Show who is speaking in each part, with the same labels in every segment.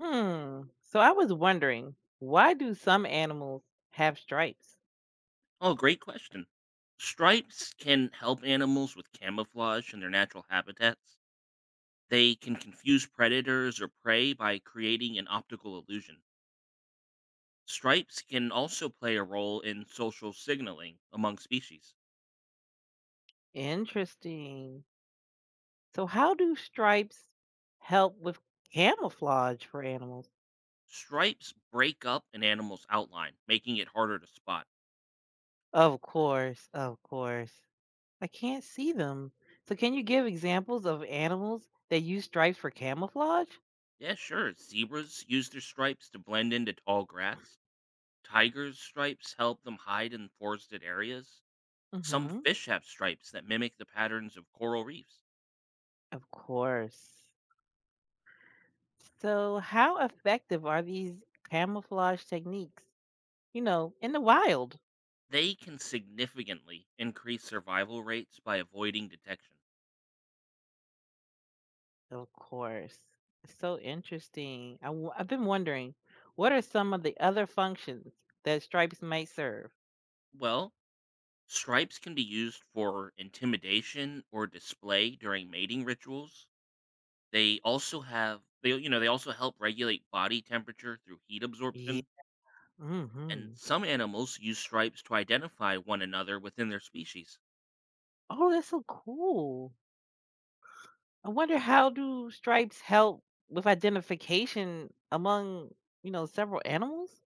Speaker 1: Hmm. So I was wondering, why do some animals have stripes?
Speaker 2: Oh, great question. Stripes can help animals with camouflage in their natural habitats. They can confuse predators or prey by creating an optical illusion. Stripes can also play a role in social signaling among species.
Speaker 1: Interesting. So how do stripes help with camouflage for animals?
Speaker 2: Stripes break up an animal's outline, making it harder to spot.
Speaker 1: Of course, of course. I can't see them. So can you give examples of animals that use stripes for camouflage?
Speaker 2: Yeah, sure. Zebras use their stripes to blend into tall grass. Tigers' stripes help them hide in forested areas. Some
Speaker 1: Mm-hmm.
Speaker 2: fish have stripes that mimic the patterns of coral reefs.
Speaker 1: Of course. So how effective are these camouflage techniques, in the wild?
Speaker 2: They can significantly increase survival rates by avoiding detection.
Speaker 1: Of course. So interesting. I've been wondering, what are some of the other functions that stripes might serve?
Speaker 2: Well, stripes can be used for intimidation or display during mating rituals. They also have they you know, they also help regulate body temperature through heat
Speaker 1: Yeah.
Speaker 2: absorption, and
Speaker 1: Hmm.
Speaker 2: some animals use stripes to identify one another within their species.
Speaker 1: Oh, that's so cool. I wonder how do stripes help with identification among, several animals?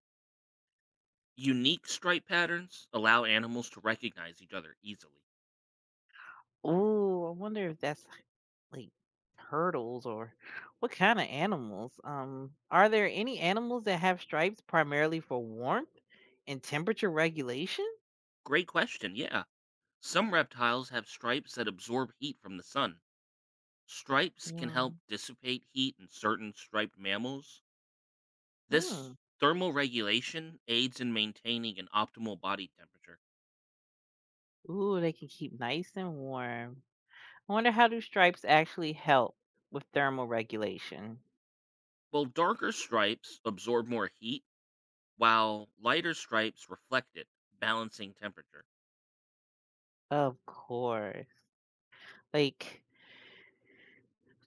Speaker 2: Unique stripe patterns allow animals to recognize each other easily.
Speaker 1: Oh, I wonder if that's like turtles or what kind of animals. Are there any animals that have stripes primarily for warmth and temperature regulation?
Speaker 2: Great question. Yeah. Some reptiles have stripes that absorb heat from the sun. Stripes can
Speaker 1: Mm-hmm.
Speaker 2: help dissipate heat in certain striped mammals. This thermal regulation aids in maintaining an optimal body temperature,
Speaker 1: Ooh, they can keep nice and warm. I wonder how do stripes actually help with thermal regulation?
Speaker 2: while darker stripes absorb more heat, while lighter stripes reflect it, balancing temperature.
Speaker 1: Of course. Like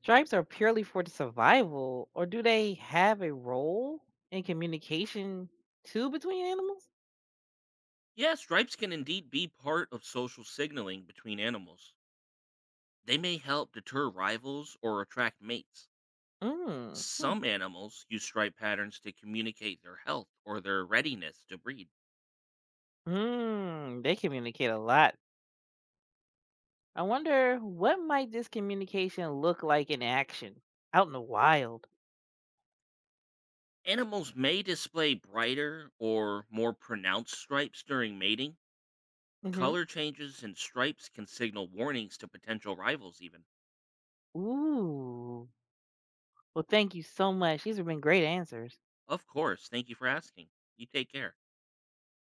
Speaker 1: stripes are purely for the survival, or do they have a role in communication too between animals?
Speaker 2: Yeah, stripes can indeed be part of social signaling between animals. They may help deter rivals or attract mates.
Speaker 1: Mm. Hmm.
Speaker 2: Some animals use stripe patterns to communicate their health or their readiness to breed.
Speaker 1: Mm, they communicate a lot. I wonder what might this communication look like in action out in the wild.
Speaker 2: Animals may display brighter or more pronounced stripes during mating.
Speaker 1: Hmm.
Speaker 2: Color changes and stripes can signal warnings to potential rivals, even.
Speaker 1: Ooh. Well, thank you so much. These have been great answers.
Speaker 2: Of course. Thank you for asking. You take care.